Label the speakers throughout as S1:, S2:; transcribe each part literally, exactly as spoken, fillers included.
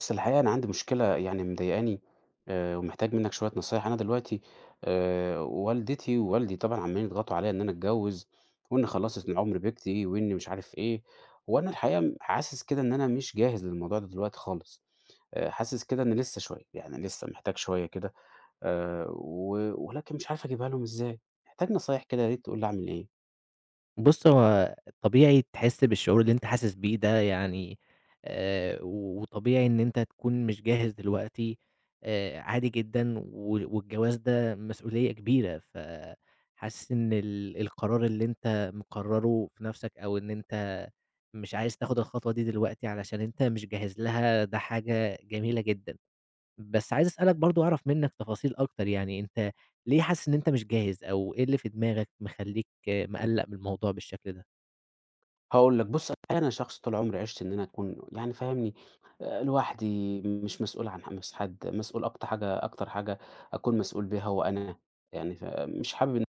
S1: بس الحقيقة أنا عندي مشكلة يعني مضايقاني، آآ، ومحتاج منك شوية نصايح. أنا دلوقتي آآ، والدتي ووالدي طبعًا عمالين يضغطوا عليَّ إن أنا أتجوّز، وإني خلّصت من عُمر بيكتي، وإني مش عارف إيه. وأنا الحقيقة م حاسس كده إن أنا مش جاهز للموضوع ده دلوقتي خالص. آآ، حاسس كده إن لسه شوية، يعني لسه محتاج شوية كده، آآ، و ولكن مش عارف أجيبها لهم إزاي. محتاج نصايح كده، يا ريت تقول لي أعمل إيه؟
S2: بُص، هو طبيعي تحس بالشعور اللي أنت حاسس بيه ده يعني. آآ، وطبيعي إن أنت تكون مش جاهز دلوقتي. آآ، عادي جدًا وال والجواز ده مسؤولية كبيرة، فحاسس إن ال القرار اللي أنت مقرره في نفسك أو إن أنت مش عايز تاخد الخطوة دي دلوقتي علشان أنت مش جاهز لها، ده حاجة جميلة جدًا. بس عايز أسألك برضه أعرف منّك تفاصيل أكتر، يعني أنت ليه حاسس إن أنت مش جاهز، أو إيه اللي في دماغك مخلّيك آه، مقلّق من الموضوع بالشكل ده؟
S1: هاقول لك، بُص الحقيقة أنا شخص طول عمري عِشت إن أنا أكون يعني فاهمني. آآ لوحدي مش مسؤول عن ح مس حد، مسؤول أكتر حاجة، أكتر حاجة أكون مسؤول بيها هو أنا. يعني فمش حابب إن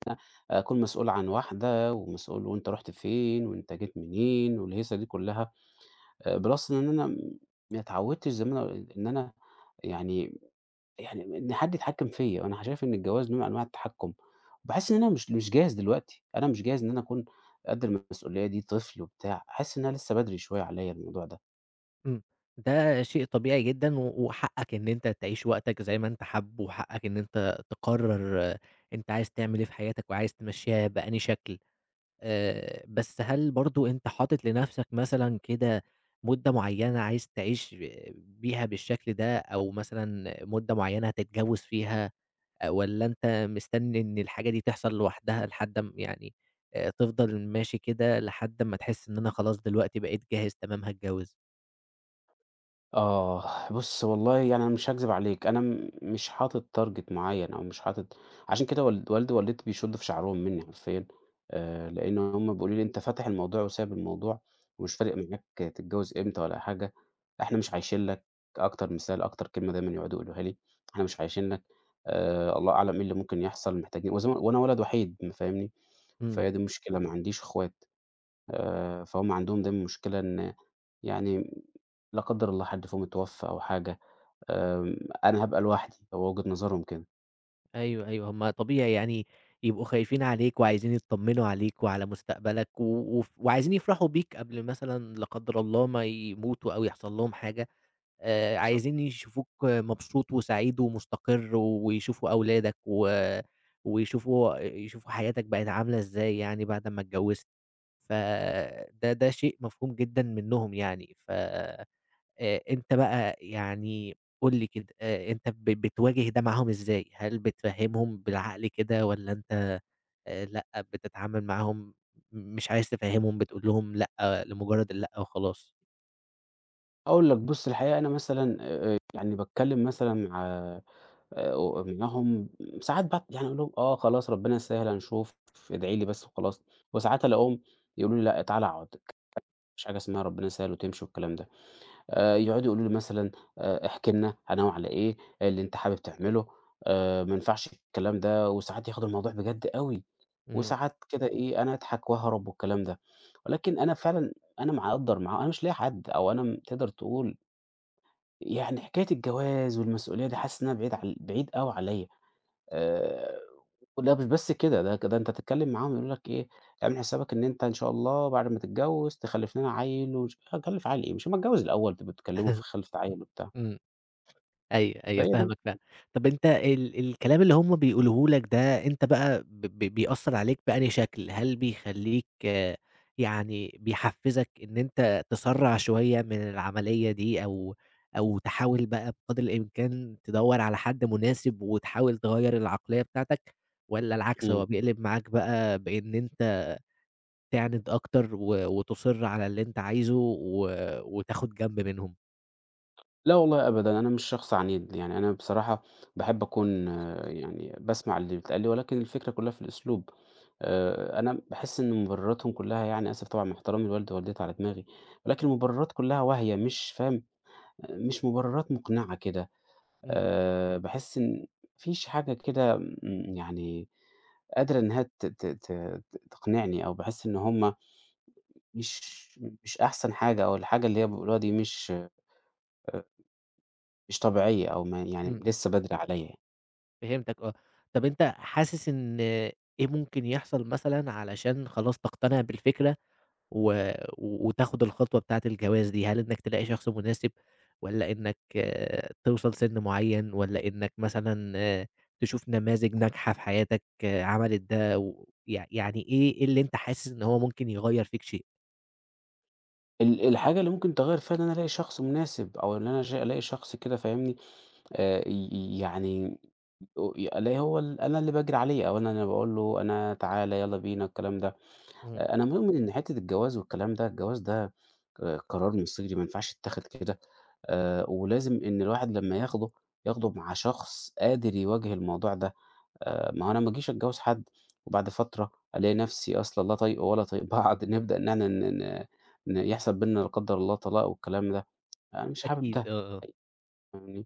S1: أكون مسؤول عن واحدة ومسؤول وأنت رُحت فين وأنت جيت منين والهيصة دي كلّها. آآ plus إن أنا ما اتعودتش زي ما أنا إن أنا يعني يعني إن حد يتحكم فيّا. أنا شايف إن الجواز نوع من أنواع التحكم. باحس إن أنا مش مش جاهز دلوقتي، أنا مش جاهز إن أنا أكون قد المسؤولية دي، طفل وبتاع، حاسس إنها لسه بدري شوية عليّا الموضوع ده.
S2: إمم. ده شيء طبيعي جدًا و وحقّك إن أنت تعيش وقتك زي ما أنت حابُّه، وحقّك إن أنت تقرّر آه، أنت عايز تعمل إيه في حياتك وعايز تمشّيها بأنهي شكل. آآ بس هل برضه أنت حاطط لنَفْسك مثلًا كده مدة معيّنة عايز تعيش بيها بالشكل ده، أو مثلًا مدة معيّنة هتتجوّز فيها؟ آآ والّا أنت مستني إن الحاجة دي تحصل لوحدها لحد م يعني آآ تفضل ماشي كده لحد أمّا تحس إن أنا خلاص دلوقتي بقيت جاهز تمام هاتجوّز؟
S1: آه، بُص والله يعني أنا مش هاكذب عليك. أنا م مش حاطط target معيّن أو مش حاطط. عشان كده والد والدي ووالدتي بيشدّوا في شعرهم منّي حرفيًا. آآ لإن هم بيقولوا لي: "أنت فاتح الموضوع وسايب الموضوع، ومش فارق معاك تتجوّز إمتى ولا حاجة، إحنا مش عايشين لك." أكتر مثال، أكتر كلمة دايمًا يقعدوا يقولوها لي: "إحنا مش عايشين لك، آآ الله أعلم إيه اللي ممكن يحصل، محتاجين." وزي ما وأنا ولد وحيد م فاهمني. فهي
S2: إمم.
S1: دي المشكلة، ما عنديش أخوات. آآ فهُم عندهم دايمًا مشكلة إن يعني لا قدّر الله حد فيهم اتوفّى أو حاجة. آمم، أنا هابقى لوحدي، هو وجهة نظرهم كده.
S2: أيوه، أيوه. هم طبيعي يعني يبقوا خايفين عليك وعايزين يتطمّنوا عليك وعلى مستقبلك و وف وعايزين يفرحوا بيك قبل مثلًا لا قدّر الله ما يموتوا أو يحصل لهم حاجة. آآ
S1: بالضبط.
S2: عايزين يشوفوك مبسوط وسعيد ومستقر ويشوفوا أولادك و ويشوفوا يشوفوا حياتك بقت عاملة إزاي يعني بعد أمّا اتجوّزت. فده ده شيء مفهوم جدًا منّهم يعني، ف آآ أنت بقى يعني قُل لي كده، آآ أنت ب بتواجه ده معاهم إزاي؟ هل بتفهّمهم بالعقل كده والّا أنت آآ لأ، بتتعامل معاهم مش عايز تفهّمهم، بتقول لهم لأ لمجرد اللأ وخلاص؟
S1: أقول لك، بُص الحقيقة أنا مثلًا آآ، آآ، يعني باتكلم مثلًا مع آآ، معاهم ساعات بقى، يعني أقول لهم: "آه خلاص ربنا يسهّل هنشوف، ادعي لي بس وخلاص." وساعات ألاقيهم يقولوا لي: "لأ، تعالَ اقعد، ما فيش حاجة اسمها ربنا يسهّل وتمشي والكلام ده." آآ يقعدوا يقولوا لي مثلًا: آآ احكِ لنا هننوّع على إيه، اللي أنت حابب تعمله، آآ ما ينفعش الكلام ده." وساعات ياخدوا الموضوع بجد أوي،
S2: إمم.
S1: وساعات كده إيه، أنا أضحك وأهرب والكلام ده. ولكن أنا فعلًا أنا مقدّر معاه. أنا مش لاقي حد، أو أنا م تقدر تقول يعني حكاية الجواز والمسؤولية دي حاسس إنها بعيد عل بعيد أوي عليّا. آآ ولأ مش بس كده، ده ك ده أنت تتكلّم معاهم يقولوا لك إيه: اعمل حسابك إن أنت إن شاء الله بعد ما تتجوّز تخلّف لنا عيّل، ومش هتخلّف عيّل إيه، مش أمّا اتجوّز الأول تبقوا تتكلّموا في
S2: إمم.
S1: خلفة عيّل وبتاع.
S2: أيوه، أيوه
S1: فهي دي
S2: فاهمك فعلًا. طَب أنت ال الكلام اللي هم بيقولوه لك ده أنت بقى ب ب بيأثّر عليك بأنهي شكل؟ هل بيخلّيك يعني بيحفّزك إن أنت تسرّع شوية من العملية دي أو أو تحاول بقى بقدر الإمكان تدوّر على حد مناسب وتحاول تغيّر العقلية بتاعتك والّا العكس
S1: إمم.
S2: هو بيقلب معاك بقى بإن أنت تعند أكتر و وتُصِر على اللي أنت عايزه و وتاخد جنب منهم؟
S1: لا والله أبدًا، أنا مش شخص عنيد. يعني أنا بصراحة باحب أكون آه، يعني باسمع اللي بيتقال لي، ولكن الفكرة كُلّها في الأسلوب. آآ أنا باحس إن مبرّراتهم كُلّها، يعني آسف طبعًا مع احترامي لوالدي ووالدتي على دماغي، ولكن المبرّرات كُلّها واهية، مش فاهم، مش مبرّرات مقنعة كده.
S2: إمم،
S1: آآ باحس إن ما فيش حاجة كده إمم، يعني قادرة إنها ت ت ت تقنعني، أو باحس إن هُم مش مش أحسن حاجة، أو الحاجة اللي هي بيقولوها دي مش مش طبيعية، أو ما يعني
S2: إمم.
S1: لسه بدري عليَّ يعني.
S2: فهمتك آه. طب أنت حاسس إن إيه ممكن يحصل مثلًا علشان خلاص تقتنع بالفكرة و و وتاخد الخطوة بتاعة الجواز دي؟ هل إنك تلاقي شخص مناسب والّا إنك آه، توصل سِن معيّن والّا إنك مثلًا آآ تشوف نماذج ناجحة في حياتك آه، عملت ده و يع يعني إيه إيه اللي أنت حاسس إن هو ممكن يغيّر فيك شيء؟
S1: ال الحاجة اللي ممكن تغيّر فيها إن أنا ألاقي شخص مناسب، أو إن أنا ش ألاقي شخص كده فاهمني. آآ ي يعني أو ألاقي هو ال أنا اللي باجري عليه، أو أنا اللي باقول له أنا تعالَ يالّا بينا الكلام ده.
S2: إمم.
S1: أ أنا مؤمن إن حتّة الجواز والكلام ده، الجواز ده آآ قرار مصيري ما ينفعش يتاخد كده. آآ ولازم إن الواحد لمّا ياخده، ياخده مع شخص قادر يواجه الموضوع ده. آآ ما هو أنا ما اجيش أتجوّز حد وبعد فترة ألاقي نفسي أصلًا لا طايقه ولا طايق بعض، نبدأ إن إحنا ن ن ن يحصل بيننا لا قدّر الله طلاق والكلام ده. أنا مش حابب
S2: أكيد،
S1: ده.
S2: آه، آه.
S1: فاهمني؟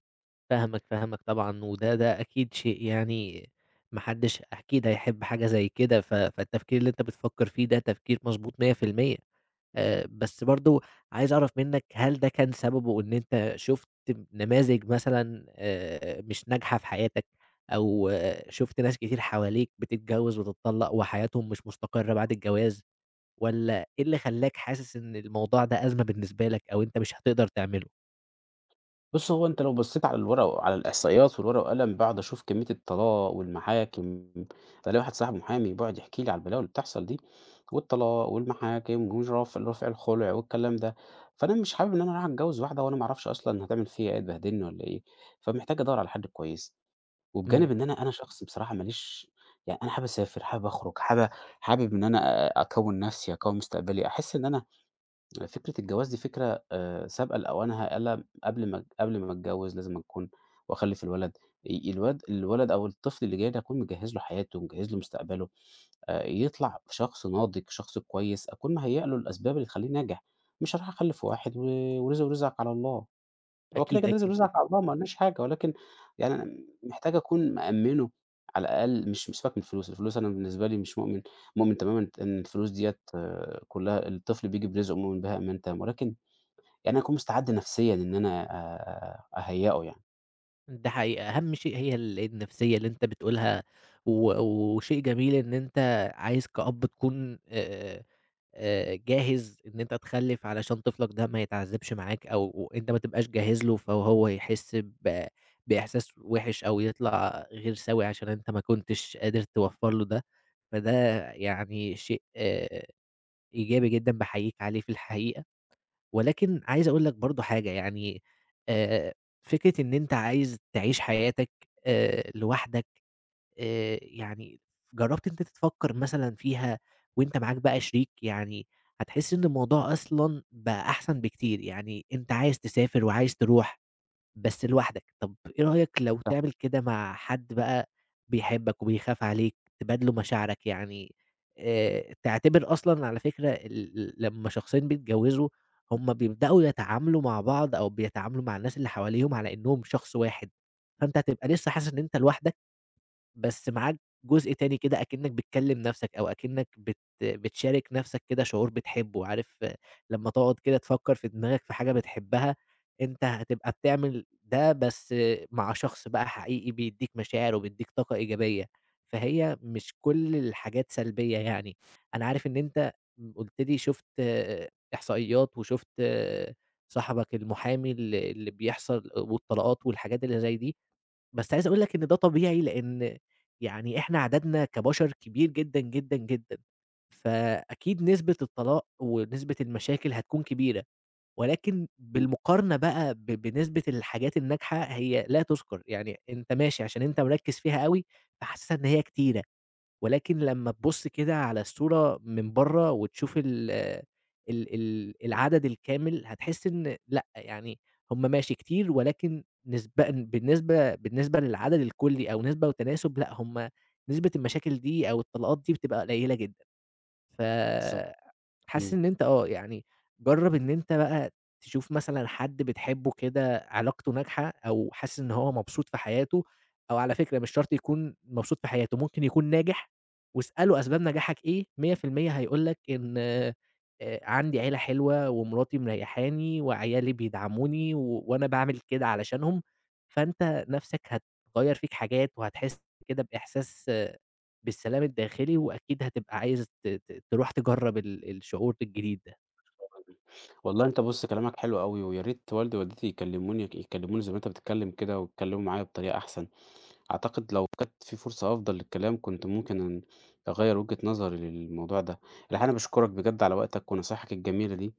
S2: فاهمك، فاهمك طبعًا، وده ده أكيد شيء يعني ما حدش أكيد هيحب حاجة زي كده، ف فالتفكير اللي أنت بتفكّر فيه ده تفكير مضبوط مية في المية. آآ، بس برضه عايز أعرف منّك هل ده كان سببه إن أنت شُفت نماذج مثلًا آآ، مش ناجحة في حياتك، أو آه، شُفت ناس كتير حواليك بتتجوّز وتتطلّق وحياتهم مش مستقرة بعد الجواز، والّا إيه اللي خلّاك حاسس إن الموضوع ده أزمة بالنسبة لك أو أنت مش هتقدر تعمله؟
S1: بُص، هو أنت لو بصيت على الورقة وعلى الإحصائيات، والورقة والقلم باقعد أشوف كمية الطلاق والمحاكم. ده ليّا واحد صاحبي محامي بيقعد يحكي لي على البلاوي اللي بتحصل دي، والطلاق والمحاكم ورفع رفع الخلع والكلام ده. فأنا مش حابب إن أنا أروح أتجوّز واحدة وأنا ما أعرفش أصلًا هتعمل فيّا إيه، تبهدلني والّا إيه. فمحتاج أدوّر على حد كويس.
S2: إمم،
S1: وبجانب إن أنا أنا شخص بصراحة ما ليش، يعني أنا حابب أسافر، حابب أخرج، حابب حابب إن أنا أ- أكوّن نفسي، أكوّن مستقبلي. أحس إن أنا فكرة الجواز دي فكرة آآ سابقة لأوانها. ألا قبل ما قبل ما أتجوز لازم أكون وأخلِّف الولد. ي الواد الولد أو الطفل اللي جاي ده أكون مجهّز له حياته، مجهّز له مستقبله. آآ يطلع شخص ناضج، شخص كويس، أكون مهيأ له الأسباب اللي تخلّيه ناجح. مش هاروح أخلِّف واحد و ورزقه رزقك على الله. هو كده،
S2: أكيد،
S1: كده لازم نزعل
S2: أكيد.
S1: على الله، ما قلناش حاجة. ولكن يعني أنا محتاج أكون مأمِّنه على الأقل، مش مش سيبك من الفلوس. الفلوس أنا بالنسبة لي مش مؤمن مؤمن تمامًا إن الفلوس ديّة كلّها، الطفل بييجي برزقه، مؤمن بها إيمان تام. ولكن يعني أكون مستعد نفسيًا إن أنا أ أهيّئه يعني.
S2: ده حقيقة، أهم شيء هي ال النفسية اللي أنت بتقولها، و وشيء جميل إن أنت عايز كأب تكون آآ، آآ، جاهز إن أنت تخلِّف علشان طفلك ده ما يتعذبش معاك، أو أنت ما تبقاش جاهز له، فهو يحس ب بإحساس وِحِش أو يطلع غير سوي عشان أنت ما كنتش قادر توفّر له ده، فده يعني شيء آه، إيجابي جدًا باحييك عليه في الحقيقة. ولكن عايز أقول لك برضه حاجة يعني آآ، فكرة إن أنت عايز تعيش حياتك آآ، لوحدك. آآ، يعني جرّبت إن أنت تفكّر مثلًا فيها وأنت معاك بقى شريك؟ يعني هتحس إن الموضوع أصلًا بقى أحسن بكتير، يعني أنت عايز تسافر وعايز تروح بس لوحدك، طب إيه رأيك لو تعمل كده مع حد بقى بيحبك وبيخاف عليك، تبادله مشاعرك يعني. آآ، تعتبر أصلًا على فكرة ال ال لمّا شخصين بيتجوزوا هُم بيبدأوا يتعاملوا مع بعض أو بيتعاملوا مع الناس اللي حواليهم على إنهم شخص واحد، فأنت هتبقى لسه حاسس إن أنت لوحدك. بس معاك جزء تاني كده أكنّك بتكلّم نَفْسك أو أكنّك بت بتشارك نَفْسك كده شعور بتحبّه، عارف آه، لمّا تقعد كده تفكّر في دماغك في حاجة بتحبّها، أنت هتبقى بتعمل ده بس آه، مع شخص بقى حقيقي بيدّيك مشاعر وبيدّيك طاقة إيجابية، فهي مش كل الحاجات سلبية يعني. أنا عارف إن أنت م قُلت لي شُفت آه، إحصائيات وشُفت آه، صاحبك المحامي ال اللي بيحصل والطلاقات والحاجات اللي زي دي، بس عايز أقول لك إن ده طبيعي، لإن يعني إحنا عددنا كبشر كبير جدًا، جدًا، جدًا، فأكيد نسبة الطلاق ونسبة المشاكل هتكون كبيرة، ولكن بالمقارنة بقى ب بنسبة الحاجات الناجحة هي لا تُذكر، يعني أنت ماشي عشان أنت مركّز فيها أوي، فحاسسها إن هي كتيرة. ولكن لمّا تبُص كده على الصورة من برّه وتشوف ال ال ال العدد الكامل، هتحس إن لأ، يعني هم ماشي كتير ولكن نسبًا بالنسبة بالنسبة للعدد الكُلّي أو نسبة وتناسب لأ، هم نسبة المشاكل دي أو الطلاقات دي بتبقى قليلة جدًا. ف
S1: بالضبط،
S2: حاسس
S1: إمم.
S2: إن أنت آه، يعني جرّب إن أنت بقى تشوف مثلًا حد بتحبه كده علاقته ناجحة أو حاسس إن هو مبسوط في حياته، أو على فكرة مش شرط يكون مبسوط في حياته، ممكن يكون ناجح واسأله أسباب نجاحك إيه، مية في المية هيقول لك إن آآ عندي عيلة حلوة ومراتي مريّحاني وعيالي بيدعموني و وأنا باعمل كده علشانهم، فأنت نَفْسك هتغيّر فيك حاجات وهتحس كده بإحساس بالسلام الداخلي، وأكيد هتبقى عايز ت ت تروح تجرّب ال الشعور الجديد ده،
S1: والله أنت بُص كلامك حلو أوي، ويا ريت والدي ووالدتي يكلموني يكلموني زي ما أنت بتتكلم كده، ويتكلموا معايا بطريقة أحسن. أعتقد لو كانت في فرصة أفضل للكلام كنت ممكن أن أغيّر وجهة نظري للموضوع ده. الحقيقة أنا باشكرك بجد على وقتك ونصايحك الجميلة دي.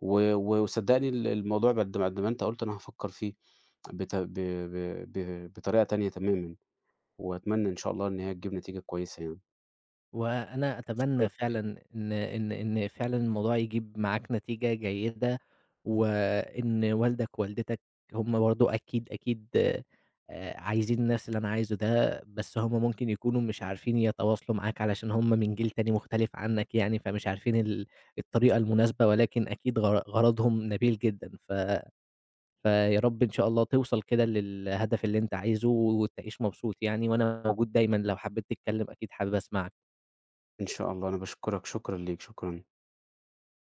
S1: و و وصدّقني ال الموضوع بعد ما قد ما أنت قُلت أنا هافكّر فيه بت ب ب ب بطريقة تانية تمامًا. وأتمنى إن شاء الله إن هي تجيب نتيجة كويسة يعني.
S2: وأنا أتمنى
S1: شكراً.
S2: فعلًا إن إن إن فعلًا الموضوع يجيب معاك نتيجة جيدة، وإن والدك ووالدتك هُم برضه أكيد، أكيد آآ عايزين نفس اللي أنا عايزه ده، بس هُم ممكن يكونوا مش عارفين يتواصلوا معاك علشان هُم من جيل تاني مختلف عنك يعني، فمش عارفين ال الطريقة المناسبة، ولكن أكيد غر غرضهم نبيل جدًا ف فيا رب إن شاء الله توصل كده للهدف اللي أنت عايزه وتعيش مبسوط يعني، وأنا موجود دايمًا لو حبيت تتكلم أكيد حابب أسمعك.
S1: إن شاء الله. أنا باشكرك، شكرًا ليك، شكرًا.